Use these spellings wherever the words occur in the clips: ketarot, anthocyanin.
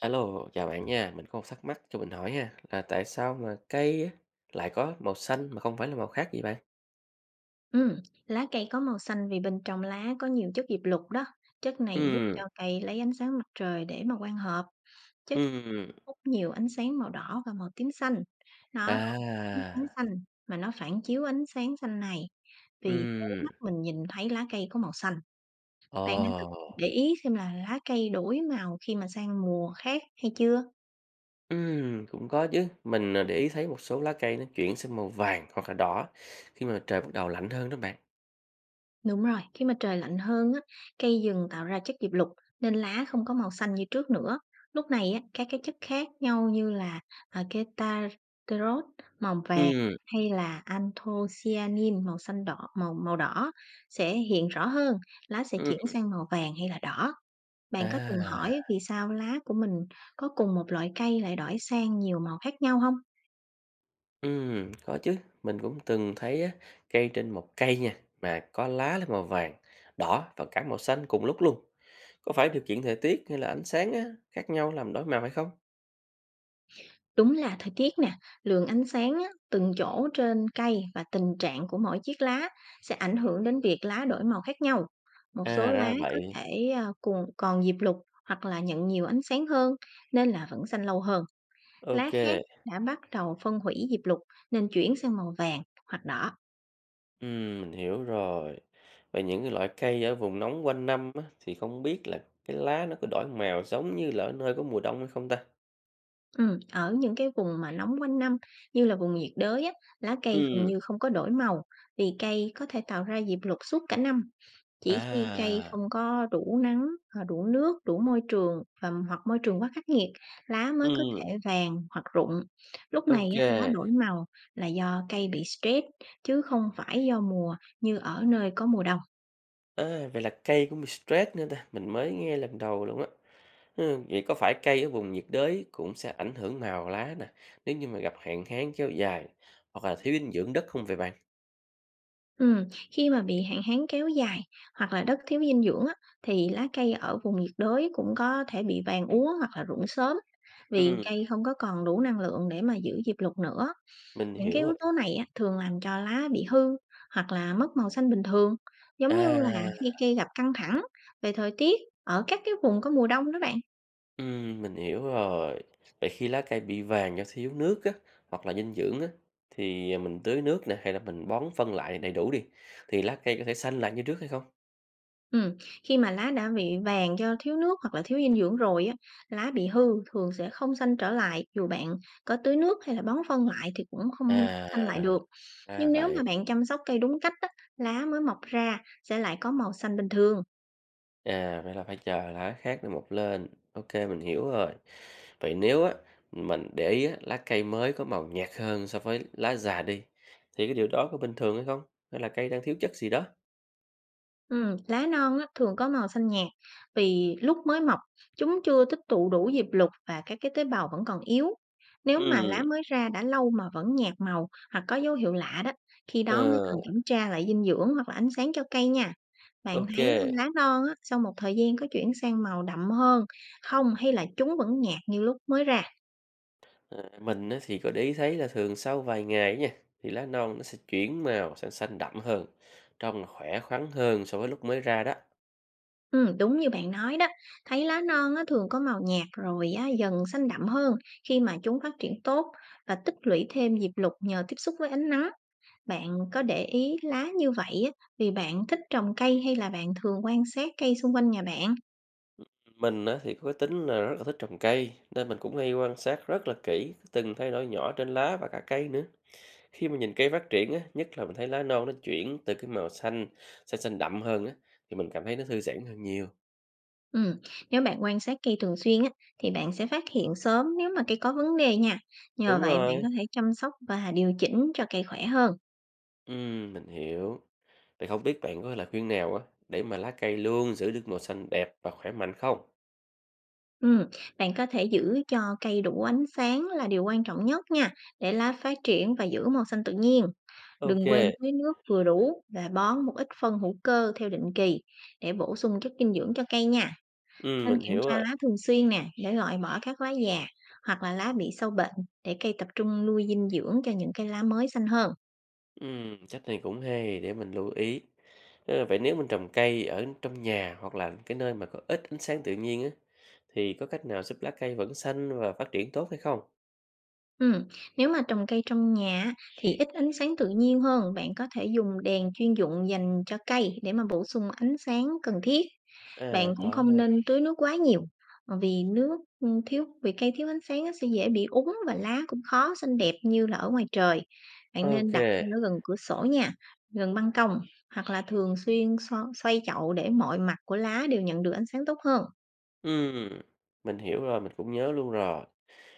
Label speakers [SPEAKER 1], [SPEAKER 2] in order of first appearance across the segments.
[SPEAKER 1] Alo, chào bạn nha. Mình có một thắc mắc cho mình hỏi nha là tại sao mà cây á lại có màu xanh mà không phải là màu khác vậy bạn?
[SPEAKER 2] Ừm, Lá cây có màu xanh vì bên trong lá có nhiều chất diệp lục đó. Chất này giúp
[SPEAKER 1] Ừm,
[SPEAKER 2] cho cây lấy ánh sáng mặt trời để mà quang hợp. Chất
[SPEAKER 1] ừm,
[SPEAKER 2] hút nhiều ánh sáng màu đỏ và màu tím xanh. Nó không hút ánh sáng
[SPEAKER 1] à,
[SPEAKER 2] xanh mà nó phản chiếu ánh sáng xanh này. Vì thế
[SPEAKER 1] ừm,
[SPEAKER 2] mắt mình nhìn thấy lá cây có màu xanh.
[SPEAKER 1] ồ,
[SPEAKER 2] Bạn đã từng để ý xem là lá cây đổi màu khi mà sang mùa khác hay chưa?
[SPEAKER 1] cũng có chứ. Mình để ý thấy một số lá cây nó chuyển sang màu vàng hoặc là đỏ khi mà trời bắt đầu lạnh hơn đó bạn.
[SPEAKER 2] Đúng rồi, khi mà trời lạnh hơn á, cây rừng tạo ra chất diệp lục nên lá không có màu xanh như trước nữa. Lúc này á, các cái chất khác nhau như là ketarot màu vàng
[SPEAKER 1] Ừm,
[SPEAKER 2] hay là anthocyanin màu xanh đỏ màu màu đỏ sẽ hiện rõ hơn, lá sẽ
[SPEAKER 1] ừm,
[SPEAKER 2] chuyển sang màu vàng hay là đỏ. Bạn có từng
[SPEAKER 1] à,
[SPEAKER 2] hỏi vì sao lá của mình có cùng một loại cây lại đổi sang nhiều màu khác nhau không?
[SPEAKER 1] có chứ. Mình cũng từng thấy á, cây trên một cây nha, mà có lá là màu vàng, đỏ và cả màu xanh cùng lúc luôn. Có phải điều kiện thời tiết hay là ánh sáng á, khác nhau làm đổi màu hay không?
[SPEAKER 2] Đúng là thời tiết nè, lượng ánh sáng á, từng chỗ trên cây và tình trạng của mỗi chiếc lá sẽ ảnh hưởng đến việc lá đổi màu khác nhau. Một
[SPEAKER 1] À,
[SPEAKER 2] số lá
[SPEAKER 1] ra
[SPEAKER 2] có
[SPEAKER 1] vậy.
[SPEAKER 2] thể cùng còn diệp lục hoặc là nhận nhiều ánh sáng hơn nên là vẫn xanh lâu hơn. Lá
[SPEAKER 1] OK.
[SPEAKER 2] khác đã bắt đầu phân hủy diệp lục nên chuyển sang màu vàng hoặc đỏ.
[SPEAKER 1] Mình hiểu rồi. Vậy những cái loại cây ở vùng nóng quanh năm á, thì không biết là cái lá nó có đổi màu giống như là ở nơi có mùa đông hay không ta?
[SPEAKER 2] Ở những cái vùng mà nóng quanh năm như là vùng nhiệt đới á, lá cây gần
[SPEAKER 1] Ừm,
[SPEAKER 2] như không có đổi màu vì cây có thể tạo ra diệp lục suốt cả năm. Chỉ khi cây
[SPEAKER 1] à,
[SPEAKER 2] không có đủ nắng, đủ nước, đủ môi trường và hoặc môi trường quá khắc nghiệt, lá mới có
[SPEAKER 1] ừm,
[SPEAKER 2] thể vàng hoặc rụng. Lúc
[SPEAKER 1] ok
[SPEAKER 2] này á,
[SPEAKER 1] kê.
[SPEAKER 2] lá đổi màu là do cây bị stress chứ không phải do mùa như ở nơi có mùa đông.
[SPEAKER 1] À, vậy là cây cũng bị stress nữa ta, mình mới nghe lần đầu luôn á. Vậy có phải cây ở vùng nhiệt đới cũng sẽ ảnh hưởng màu lá nè, nếu như mà gặp hạn hán kéo dài hoặc là thiếu dinh dưỡng đất không vậy bạn?
[SPEAKER 2] Ừm, Khi mà bị hạn hán kéo dài hoặc là đất thiếu dinh dưỡng á, thì lá cây ở vùng nhiệt đới cũng có thể bị vàng úa hoặc là rụng sớm vì cây không có còn đủ năng lượng để mà giữ diệp lục nữa.
[SPEAKER 1] Mình
[SPEAKER 2] Những cái
[SPEAKER 1] hiểu
[SPEAKER 2] yếu
[SPEAKER 1] rồi.
[SPEAKER 2] tố này á, thường làm cho lá bị hư hoặc là mất màu xanh bình thường, giống như là
[SPEAKER 1] À,
[SPEAKER 2] khi cây gặp căng thẳng về thời tiết ở các cái vùng có mùa đông đó bạn.
[SPEAKER 1] mình hiểu rồi. Vậy khi lá cây bị vàng do thiếu nước á, hoặc là dinh dưỡng á, thì, mình tưới nước nè, hay là mình bón phân lại đầy đủ đi, thì lá cây có thể xanh lại như trước hay không?
[SPEAKER 2] Ừm, Khi mà lá đã bị vàng do thiếu nước hoặc là thiếu dinh dưỡng rồi á, lá bị hư thường sẽ không xanh trở lại, dù bạn có tưới nước hay là bón phân lại thì cũng không xanh lại
[SPEAKER 1] À,
[SPEAKER 2] được.
[SPEAKER 1] ra
[SPEAKER 2] Nhưng nếu
[SPEAKER 1] vậy.
[SPEAKER 2] mà bạn chăm sóc cây đúng cách á, lá mới mọc ra sẽ lại có màu xanh bình thường.
[SPEAKER 1] À, vậy là phải chờ lá khác nó mọc lên. OK, mình hiểu rồi. Vậy nếu á, mình để ý á, lá cây mới có màu nhạt hơn so với lá già đi, thì cái điều đó có bình thường hay không? Hay là cây đang thiếu chất gì đó?
[SPEAKER 2] Lá non á, thường có màu xanh nhạt vì lúc mới mọc chúng chưa tích tụ đủ diệp lục và các cái tế bào vẫn còn yếu. Nếu mà
[SPEAKER 1] Ừm,
[SPEAKER 2] lá mới ra đã lâu mà vẫn nhạt màu hoặc có dấu hiệu lạ đó, khi đó mới
[SPEAKER 1] ờ,
[SPEAKER 2] cần kiểm tra lại dinh dưỡng hoặc là ánh sáng cho cây nha. Bạn thấy
[SPEAKER 1] OK.
[SPEAKER 2] lá non á, sau một thời gian có chuyển sang màu đậm hơn không hay là chúng vẫn nhạt như lúc mới ra?
[SPEAKER 1] À, mình á thì có để ý thấy là thường sau vài ngày ấy nha thì lá non nó sẽ chuyển màu sang xanh đậm hơn trông là khỏe khoắn hơn so với lúc mới ra đó.
[SPEAKER 2] Đúng như bạn nói đó, thấy lá non á, thường có màu nhạt rồi á, dần xanh đậm hơn khi mà chúng phát triển tốt và tích lũy thêm diệp lục nhờ tiếp xúc với ánh nắng. Bạn có để ý lá như vậy á, vì bạn thích trồng cây hay là bạn thường quan sát cây xung quanh nhà bạn?
[SPEAKER 1] Mình á thì có cái tính là rất là thích trồng cây nên mình cũng hay quan sát rất là kỹ từng thay đổi nhỏ trên lá và cả cây nữa khi mà nhìn cây phát triển á, nhất là mình thấy lá non nó chuyển từ cái màu xanh sang xanh đậm hơn á thì mình cảm thấy nó thư giãn hơn nhiều.
[SPEAKER 2] Ừm, Nếu bạn quan sát cây thường xuyên á, thì bạn sẽ phát hiện sớm nếu mà cây có vấn đề nha. Nhờ
[SPEAKER 1] Đúng
[SPEAKER 2] vậy bạn
[SPEAKER 1] rồi.
[SPEAKER 2] có thể chăm sóc và điều chỉnh cho cây khỏe hơn.
[SPEAKER 1] Ừ, mình hiểu. Vậy không biết bạn có lời khuyên nào á để mà lá cây luôn giữ được màu xanh đẹp và khỏe mạnh không?
[SPEAKER 2] Ừm, Bạn có thể giữ cho cây đủ ánh sáng là điều quan trọng nhất nha, để lá phát triển và giữ màu xanh tự nhiên.
[SPEAKER 1] OK.
[SPEAKER 2] Đừng quên tưới nước vừa đủ và bón một ít phân hữu cơ theo định kỳ để bổ sung chất dinh dưỡng cho cây nha. Nên
[SPEAKER 1] Mình
[SPEAKER 2] kiểm
[SPEAKER 1] hiểu
[SPEAKER 2] tra
[SPEAKER 1] rồi.
[SPEAKER 2] lá thường xuyên nè, để loại bỏ các lá già hoặc là lá bị sâu bệnh để cây tập trung nuôi dinh dưỡng cho những cây lá mới xanh hơn.
[SPEAKER 1] Cách này cũng hay để mình lưu ý. Ờ, vậy nếu mình trồng cây ở trong nhà hoặc là cái nơi mà có ít ánh sáng tự nhiên á, thì có cách nào giúp lá cây vẫn xanh và phát triển tốt hay không?
[SPEAKER 2] Ừm, Nếu mà trồng cây trong nhà á, thì ít ánh sáng tự nhiên hơn, bạn có thể dùng đèn chuyên dụng dành cho cây để mà bổ sung ánh sáng cần thiết. Bạn
[SPEAKER 1] À,
[SPEAKER 2] cũng
[SPEAKER 1] có
[SPEAKER 2] không
[SPEAKER 1] ha.
[SPEAKER 2] nên tưới nước quá nhiều, vì nước, thiếu vì cây thiếu ánh sáng á sẽ dễ bị úng và lá cũng khó xanh đẹp như là ở ngoài trời. Bạn nên đặt
[SPEAKER 1] OK.
[SPEAKER 2] cây ở gần cửa sổ nha, gần ban công hoặc là thường xuyên xoay chậu để mọi mặt của lá đều nhận được ánh sáng tốt hơn.
[SPEAKER 1] Ừm, mình hiểu rồi, mình cũng nhớ luôn rồi.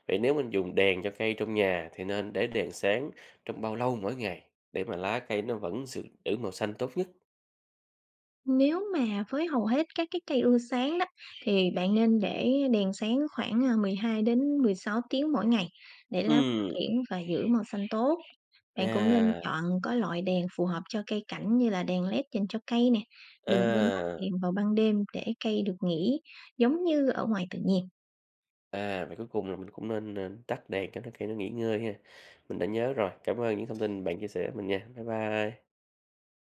[SPEAKER 1] Vậy nếu mình dùng đèn cho cây trong nhà thì nên để đèn sáng trong bao lâu mỗi ngày để mà lá cây nó vẫn giữ giữ màu xanh tốt nhất?
[SPEAKER 2] Nếu mà với hầu hết các cái cây ưa sáng đó, thì bạn nên để đèn sáng khoảng, 12 đến 16 tiếng mỗi ngày để lá phát
[SPEAKER 1] Ừm,
[SPEAKER 2] triển và giữ màu xanh tốt. Bạn cũng nên
[SPEAKER 1] à,
[SPEAKER 2] chọn có loại đèn phù hợp cho cây cảnh như là đèn LED dành cho cây nè. Đừng quên tắt
[SPEAKER 1] à.
[SPEAKER 2] đèn vào ban đêm để cây được nghỉ, giống như ở ngoài tự nhiên.
[SPEAKER 1] À, vậy cuối cùng là mình cũng nên, tắt đèn cho nó khi nó nghỉ ngơi ha. Mình đã nhớ rồi. Cảm ơn những thông tin bạn chia sẻ với mình nha. Bye bye.